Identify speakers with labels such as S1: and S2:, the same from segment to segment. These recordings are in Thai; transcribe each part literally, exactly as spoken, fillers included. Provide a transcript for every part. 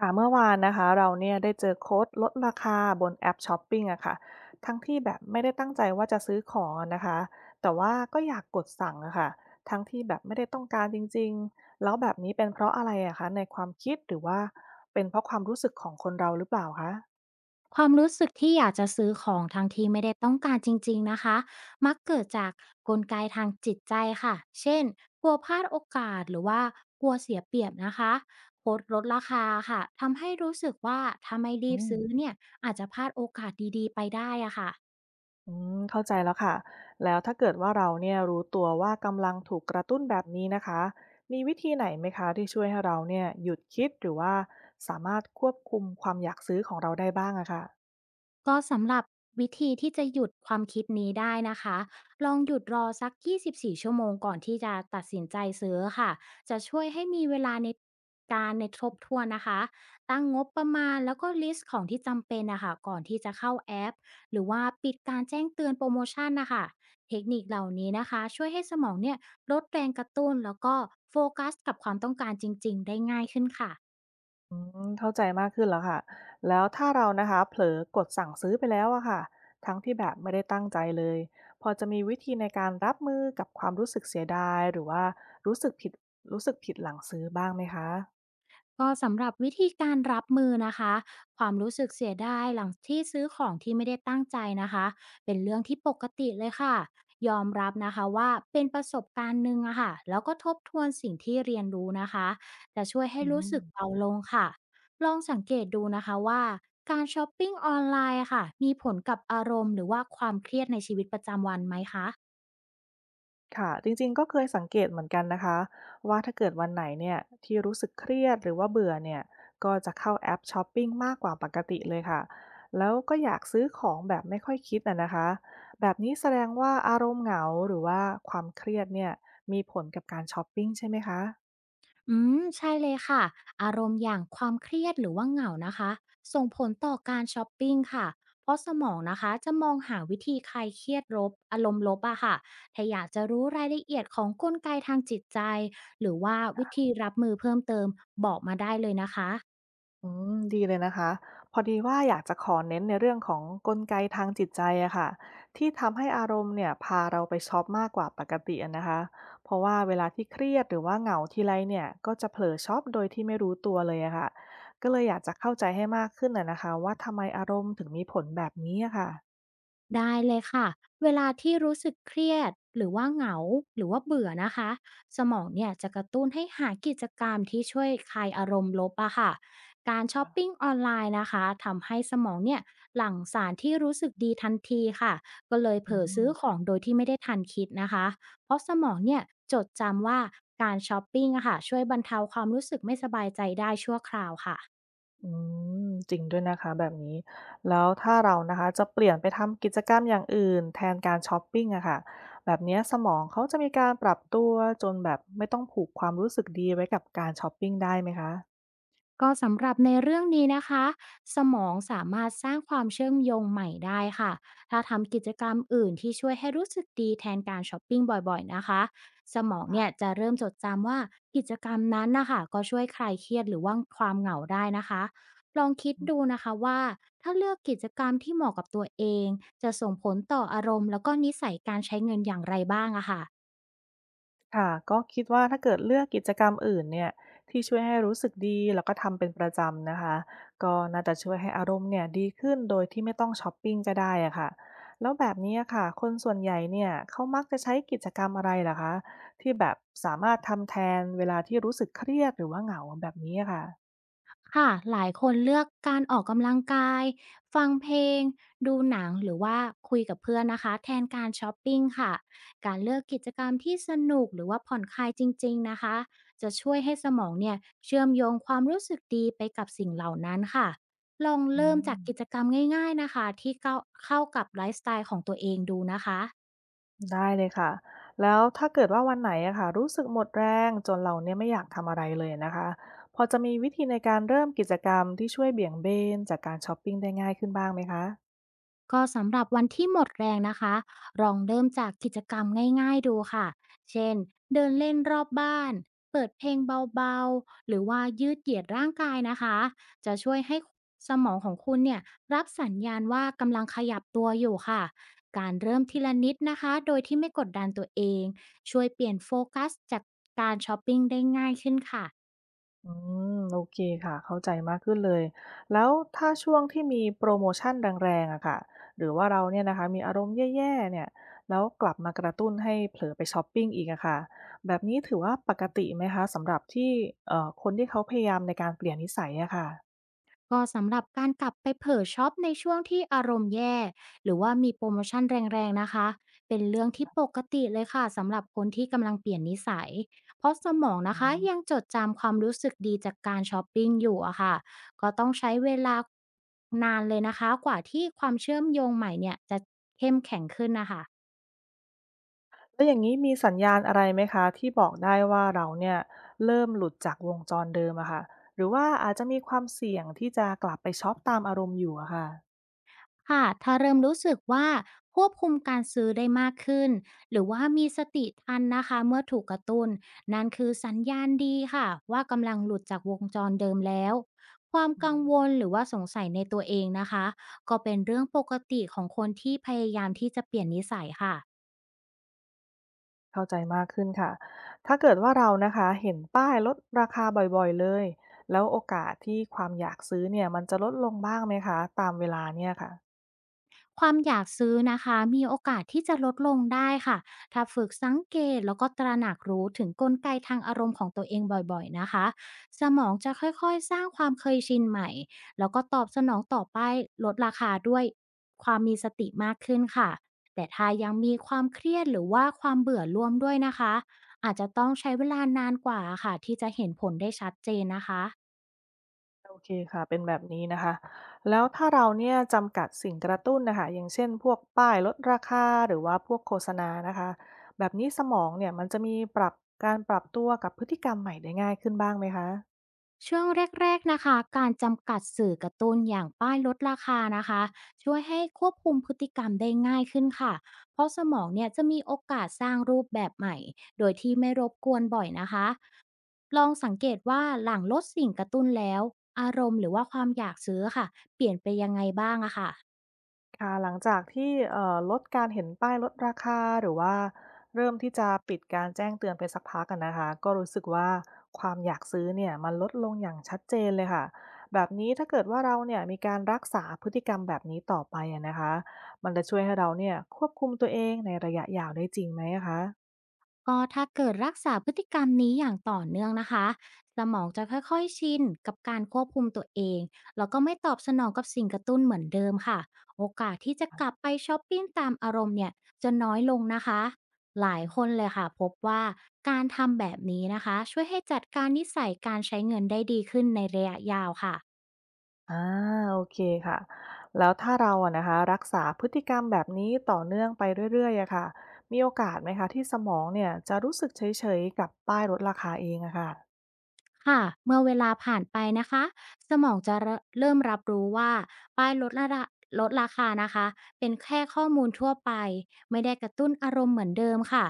S1: ค่ะเมื่อวานนะคะเราเนี่ยได้เจอโค้ดลดราคาบนแอปช้อปปิ้งอะค่ะทั้งที่แบบไม่ได้ตั้งใจว่าจะซื้อของอะนะคะแต่ว่าก็อยากกดสั่งอะค่ะทั้งที่แบบไม่ได้ต้องการจริงๆแล้วแบบนี้เป็นเพราะอะไรอะคะในความคิดหรือว่าเป็นเพราะความรู้สึกของคนเราหรือเปล่าคะ
S2: ความรู้สึกที่อยากจะซื้อของทั้งที่ไม่ได้ต้องการจริงๆนะคะมักเกิดจากกลไกทางจิตใจค่ะเช่นกลัวพลาดโอกาสหรือว่ากลัวเสียเปรียบนะคะโพสต์ลดราคาค่ะทำให้รู้สึกว่าถ้าไม่รี
S1: อื
S2: บ
S1: ม
S2: ซื้อเนี่ยอาจจะพลาดโอกาสดีๆไปได้อะค่ะ
S1: อืมเข้าใจแล้วค่ะแล้วถ้าเกิดว่าเราเนี่ยรู้ตัวว่ากำลังถูกกระตุ้นแบบนี้นะคะมีวิธีไหนไหมคะที่ช่วยให้เราเนี่ยหยุดคิดหรือว่าสามารถควบคุมความอยากซื้อของเราได้บ้างอะค่ะ
S2: ก็สำหรับวิธีที่จะหยุดความคิดนี้ได้นะคะลองหยุดรอสัก ยี่สิบสี่ ชั่วโมงก่อนที่จะตัดสินใจซื้อค่ะจะช่วยให้มีเวลาในการในทบทวนนะคะตั้งงบประมาณแล้วก็ลิสต์ของที่จำเป็นนะคะก่อนที่จะเข้าแอปหรือว่าปิดการแจ้งเตือนโปรโมชั่นนะคะเทคนิคเหล่านี้นะคะช่วยให้สมองเนี่ยลดแรงกระตุ้นแล้วก็โฟกัสกับความต้องการจริงๆได้ง่ายขึ้นค่ะ
S1: อืมเข้าใจมากขึ้นแล้วค่ะแล้วถ้าเรานะคะเผลอกดสั่งซื้อไปแล้วอะค่ะทั้งที่แบบไม่ได้ตั้งใจเลยพอจะมีวิธีในการรับมือกับความรู้สึกเสียดายหรือว่ารู้สึกผิดรู้สึกผิดหลังซื้อบ้างไหมคะ
S2: ก็สำหรับวิธีการรับมือนะคะความรู้สึกเสียดายหลังที่ซื้อของที่ไม่ได้ตั้งใจนะคะเป็นเรื่องที่ปกติเลยค่ะยอมรับนะคะว่าเป็นประสบการณ์หนึ่งอะค่ะแล้วก็ทบทวนสิ่งที่เรียนรู้นะคะจะช่วยให้
S1: อื
S2: รู้
S1: ม
S2: สึกเบาลงค่ะลองสังเกตดูนะคะว่าการช้อปปิ้งออนไลน์อะค่ะมีผลกับอารมณ์หรือว่าความเครียดในชีวิตประจำวันไหมคะ
S1: ค่ะจริงๆก็เคยสังเกตเหมือนกันนะคะว่าถ้าเกิดวันไหนเนี่ยที่รู้สึกเครียดหรือว่าเบื่อเนี่ยก็จะเข้าแอปช้อปปิ้งมากกว่าปกติเลยค่ะแล้วก็อยากซื้อของแบบไม่ค่อยคิดนะนะคะแบบนี้แสดงว่าอารมณ์เหงาหรือว่าความเครียดเนี่ยมีผลกับการช้อปปิ้งใช่ไหมคะ
S2: อืมใช่เลยค่ะอารมณ์อย่างความเครียดหรือว่าเหงานะคะส่งผลต่อการชอปปิ้งค่ะเพราะสมองนะคะจะมองหาวิธีคลายเครียดลบอารมณ์ลบอะค่ะถ้าอยากจะรู้รายละเอียดของกลไกทางจิตใจหรือว่าวิธีรับมือเพิ่มเติมบอกมาได้เลยนะคะ
S1: อืมดีเลยนะคะพอดีว่าอยากจะขอเน้นในเรื่องของกลไกทางจิตใจอะค่ะที่ทำให้อารมณ์เนี่ยพาเราไปช็อปมากกว่าปกติอะนะคะเพราะว่าเวลาที่เครียดหรือว่าเหงาทีไรเนี่ยก็จะเผลอช็อปโดยที่ไม่รู้ตัวเลยอะค่ะก็เลยอยากจะเข้าใจให้มากขึ้นอะนะคะว่าทำไมอารมณ์ถึงมีผลแบบนี้อะค่ะ
S2: ได้เลยค่ะเวลาที่รู้สึกเครียดหรือว่าเหงาหรือว่าเบื่อนะคะสมองเนี่ยจะกระตุ้นให้หากิจกรรมที่ช่วยคลายอารมณ์ลบอะค่ะการช้อปปิ้งออนไลน์นะคะทำให้สมองเนี่ยหลั่งสารที่รู้สึกดีทันทีค่ะก็เลยเผ
S1: อื
S2: ลอ
S1: ม
S2: ซื้อของโดยที่ไม่ได้ทันคิดนะคะเพราะสมองเนี่ยจดจำว่าการช้อปปิ้งอะค่ะช่วยบรรเทาความรู้สึกไม่สบายใจได้ชั่วคราวค่ะ
S1: อืมจริงด้วยนะคะแบบนี้แล้วถ้าเรานะคะจะเปลี่ยนไปทำกิจกรรมอย่างอื่นแทนการชอปปิ้งอะค่ะแบบเนี้ยสมองเขาจะมีการปรับตัวจนแบบไม่ต้องผูกความรู้สึกดีไว้กับการชอปปิ้งได้ไหมคะ
S2: ก็สำหรับในเรื่องนี้นะคะสมองสามารถสร้างความเชื่อมโยงใหม่ได้ค่ะถ้าทำกิจกรรมอื่นที่ช่วยให้รู้สึกดีแทนการช้อปปิ้งบ่อยๆนะคะสมองเนี่ย
S1: ค่ะ
S2: จะเริ่มจดจำว่ากิจกรรมนั้นนะคะก็ช่วยคลายเครียดหรือว่าความเหงาได้นะคะลองคิดดูนะคะว่าถ้าเลือกกิจกรรมที่เหมาะกับตัวเองจะส่งผลต่ออารมณ์แล้วก็นิสัยการใช้เงินอย่างไรบ้างอะค่ะ
S1: ค่ะก็คิดว่าถ้าเกิดเลือกกิจกรรมอื่นเนี่ยที่ช่วยให้รู้สึกดีแล้วก็ทำเป็นประจำนะคะก็น่าจะช่วยให้อารมณ์เนี่ยดีขึ้นโดยที่ไม่ต้องช็อปปิงก็ได้อะค่ะแล้วแบบนี้อะค่ะคนส่วนใหญ่เนี่ยเขามักจะใช้กิจกรรมอะไรล่ะคะที่แบบสามารถทำแทนเวลาที่รู้สึกเครียดหรือว่าเหงาแบบนี้อะค่ะ
S2: ค่ะหลายคนเลือกการออกกำลังกายฟังเพลงดูหนังหรือว่าคุยกับเพื่อนนะคะแทนการช้อปปิ้งค่ะการเลือกกิจกรรมที่สนุกหรือว่าผ่อนคลายจริงๆนะคะจะช่วยให้สมองเนี่ยเชื่อมโยงความรู้สึกดีไปกับสิ่งเหล่านั้นค่ะลอง
S1: อื
S2: เริ่มจา
S1: ม
S2: กกิจกรรมง่ายๆนะคะที่เข้าเข้ากับไลฟ์สไตล์ของตัวเองดูนะคะ
S1: ได้เลยค่ะแล้วถ้าเกิดว่าวันไหนอะค่ะรู้สึกหมดแรงจนเราเนี่ยไม่อยากทำอะไรเลยนะคะพอจะมีวิธีในการเริ่มกิจกรรมที่ช่วยเบี่ยงเบนจากการช้อปปิ้งได้ง่ายขึ้นบ้างไหมคะ
S2: ก็สำหรับวันที่หมดแรงนะคะลองเริ่มจากกิจกรรมง่ายๆดูค่ะเช่นเดินเล่นรอบบ้าน เปิดเพลงเบาๆหรือว่ายืดเหยียดร่างกายนะคะ จะช่วยให้สมองของคุณเนี่ยรับสัญญาณว่ากำลังขยับตัวอยู่ค่ะการเริ่มทีละนิดนะคะ โดยที่ไม่กดดันตัวเองช่วยเปลี่ยนโฟกัสจากการช้อปปิ้งได้ง่ายขึ้นค่ะ
S1: อืมโอเคค่ะเข้าใจมากขึ้นเลยแล้วถ้าช่วงที่มีโปรโมชั่นแรงๆอะค่ะหรือว่าเราเนี่ยนะคะมีอารมณ์แย่ๆเนี่ยแล้วกลับมากระตุ้นให้เผลอไปช้อปปิ้งอีกอะค่ะแบบนี้ถือว่าปกติไหมคะสำหรับที่เอ่อคนที่เขาพยายามในการเปลี่ยนนิสัยอะค่ะ
S2: ก็สำหรับการกลับไปเผลอช็อปในช่วงที่อารมณ์แย่หรือว่ามีโปรโมชั่นแรงๆนะคะเป็นเรื่องที่ปกติเลยค่ะสำหรับคนที่กำลังเปลี่ยนนิสัยเพราะสมอง
S1: อื
S2: นะคะยังจดจำความรู้สึกดีจากการช้อปปิ้งอยู่อะค่ะก็ต้องใช้เวลานานเลยนะคะกว่าที่ความเชื่อมโยงใหม่เนี่ยจะ
S1: แล้วอย่างนี้มีสัญญาณอะไรไหมคะที่บอกได้ว่าเราเนี่ยเริ่มหลุดจากวงจรเดิมอะค่ะหรือว่าอาจจะมีความเสี่ยงที่จะกลับไปช็อปตามอารมณ์อยู่อะค่ะ
S2: ค่ะถ้าเริ่มรู้สึกว่าควบคุมการซื้อได้มากขึ้น หรือว่ามีสติทันนะคะเมื่อถูกกระตุน้นนั่นคือสัญญาณดีค่ะว่ากำลังหลุดจากวงจรเดิมแล้ว ความ
S1: อื
S2: กังว
S1: ม
S2: ลหรือว่าสงสัยในตัวเองนะคะก็เป็นเรื่องปกติของคนที่พยายามที่จะเปลี่ยนนิสัยค่ะ
S1: เข้าใจมากขึ้นค่ะถ้าเกิดว่าเรานะคะเห็นป้ายลดราคาบ่อยๆเลยแล้วโอกาสที่ความอยากซื้อเนี่ยมันจะลดลงบ้างไหมคะตามเวลาเนี่ยค่ะ
S2: ความอยากซื้อนะคะมีโอกาสที่จะลดลงได้ค่ะถ้าฝึกสังเกตแล้วก็ตระหนักรู้ถึงกลไกทางอารมณ์ของตัวเองบ่อยๆนะคะสมองจะค่อยๆสร้างความเคยชินใหม่แล้วก็ตอบสนองต่อป้ายลดราคาด้วยความมีสติมากขึ้นค่ะแต่ถ้ายังมีความเครียดหรือว่าความเบื่อร่วมด้วยนะคะอาจจะต้องใช้เวลานานกว่าค่ะที่จะเห็นผลได้ชัดเจนนะคะ
S1: โอเคค่ะเป็นแบบนี้นะคะแล้วถ้าเราเนี่ยจำกัดสิ่งกระตุ้นนะคะอย่างเช่นพวกป้ายลดราคาหรือว่าพวกโฆษณานะคะแบบนี้สมองเนี่ยมันจะมีปรับการปรับตัวกับพฤติกรรมใหม่ได้ง่ายขึ้นบ้างไหมคะ
S2: ช่วงแรกๆนะคะการจำกัดสื่อกระตุ้นอย่างป้ายลดราคานะคะช่วยให้ควบคุมพฤติกรรมได้ง่ายขึ้นค่ะเพราะสมองเนี่ยจะมีโอกาสสร้างรูปแบบใหม่โดยที่ไม่รบกวนบ่อยนะคะลองสังเกตว่าหลังลดสิ่งกระตุ้นแล้วอารมณ์หรือว่าความอยากซื้อค่ะเปลี่ยนไปยังไงบ้างอะค่ะ
S1: ค่ะหลังจากที่เอ่อลดการเห็นป้ายลดราคาหรือว่าเริ่มที่จะปิดการแจ้งเตือนไปสักพักกันนะคะก็รู้สึกว่าความอยากซื้อเนี่ยมันลดลงอย่างชัดเจนเลยค่ะแบบนี้ถ้าเกิดว่าเราเนี่ยมีการรักษาพฤติกรรมแบบนี้ต่อไปอะนะคะมันจะช่วยให้เราเนี่ยควบคุมตัวเองในระยะยาวได้จริงไหมอะคะ
S2: ก็ถ้าเกิดรักษาพฤติกรรมนี้อย่างต่อเนื่องนะคะสมองจะค่อยๆชินกับการควบคุมตัวเองแล้วก็ไม่ตอบสนองกับสิ่งกระตุ้นเหมือนเดิมค่ะโอกาสที่จะกลับไปช้อปปิ้งตามอารมณ์เนี่ยจะน้อยลงนะคะหลายคนเลยค่ะพบว่าการทำแบบนี้นะคะช่วยให้จัดการนิสัยการใช้เงินได้ดีขึ้นในระยะยาวค่ะ
S1: อาโอเคค่ะแล้วถ้าเราอะนะคะรักษาพฤติกรรมแบบนี้ต่อเนื่องไปเรื่อยๆอะค่ะมีโอกาสไหมคะที่สมองเนี่ยจะรู้สึกเฉยๆกับป้ายลดราคาเองอะค่ะ
S2: ค่ะเมื่อเวลาผ่านไปนะคะสมองจะเรเริ่มรับรู้ว่าป้ายลดระดับลดราคานะคะเป็นแค่ข้อมูลทั่วไปไม่ได้กระตุ้นอารมณ์เหมือนเดิมค่ะ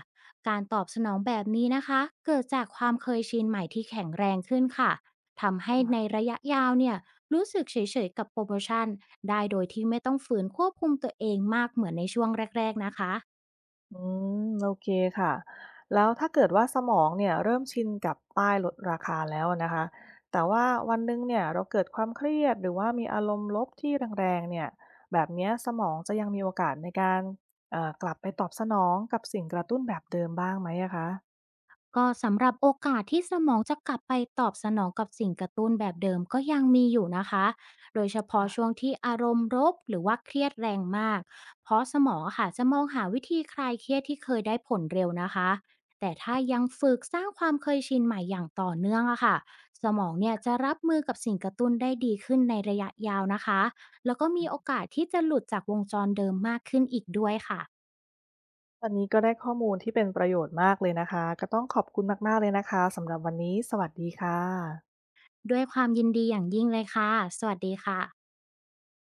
S2: การตอบสนองแบบนี้นะคะเกิดจากความเคยชินใหม่ที่แข็งแรงขึ้นค่ะทำให้ใน
S1: ค่ะ
S2: ระยะยาวเนี่ยรู้สึกเฉยๆกับโปรโมชั่นได้โดยที่ไม่ต้องฝืนควบคุมตัวเองมากเหมือนในช่วงแรกๆนะคะ
S1: อืมโอเคค่ะแล้วถ้าเกิดว่าสมองเนี่ยเริ่มชินกับป้ายลดราคาแล้วนะคะแต่ว่าวันหนึ่งเนี่ยเราเกิดความเครียดหรือว่ามีอารมณ์ลบที่แรงๆเนี่ยแบบเนี้ยสมองจะยังมีโอกาสในการเอ่อกลับไปตอบสนองกับสิ่งกระตุ้นแบบเดิมบ้างไหมอะคะ
S2: ก็สำหรับโอกาสที่สมองจะกลับไปตอบสนองกับสิ่งกระตุ้นแบบเดิมก็ยังมีอยู่นะคะโดยเฉพาะช่ว
S1: ค่ะ
S2: งที่อารมณ์รบหรือว่าเครียดแรงมากเพราะสมองอะค่ะจะมองหาวิธีคลายเครียดที่เคยได้ผลเร็วนะคะแต่ถ้ายังฝึกสร้างความเคยชินใหม่อย่างต่อเนื่องอะค่ะสมองเนี่ยจะรับมือกับสิ่งกระตุ้นได้ดีขึ้นในระยะยาวนะคะแล้วก็มีโอกาสที่จะหลุดจากวงจรเดิมมากขึ้นอีกด้วยค่ะ
S1: วันนี้ก็ได้ข้อมูลที่เป็นประโยชน์มากเลยนะคะก็ต้องขอบคุณมากๆเลยนะคะสำหรับวันนี้สวัสดีค่ะ
S2: ด้วยความยินดีอย่างยิ่งเลยค่ะสวัสดีค่ะ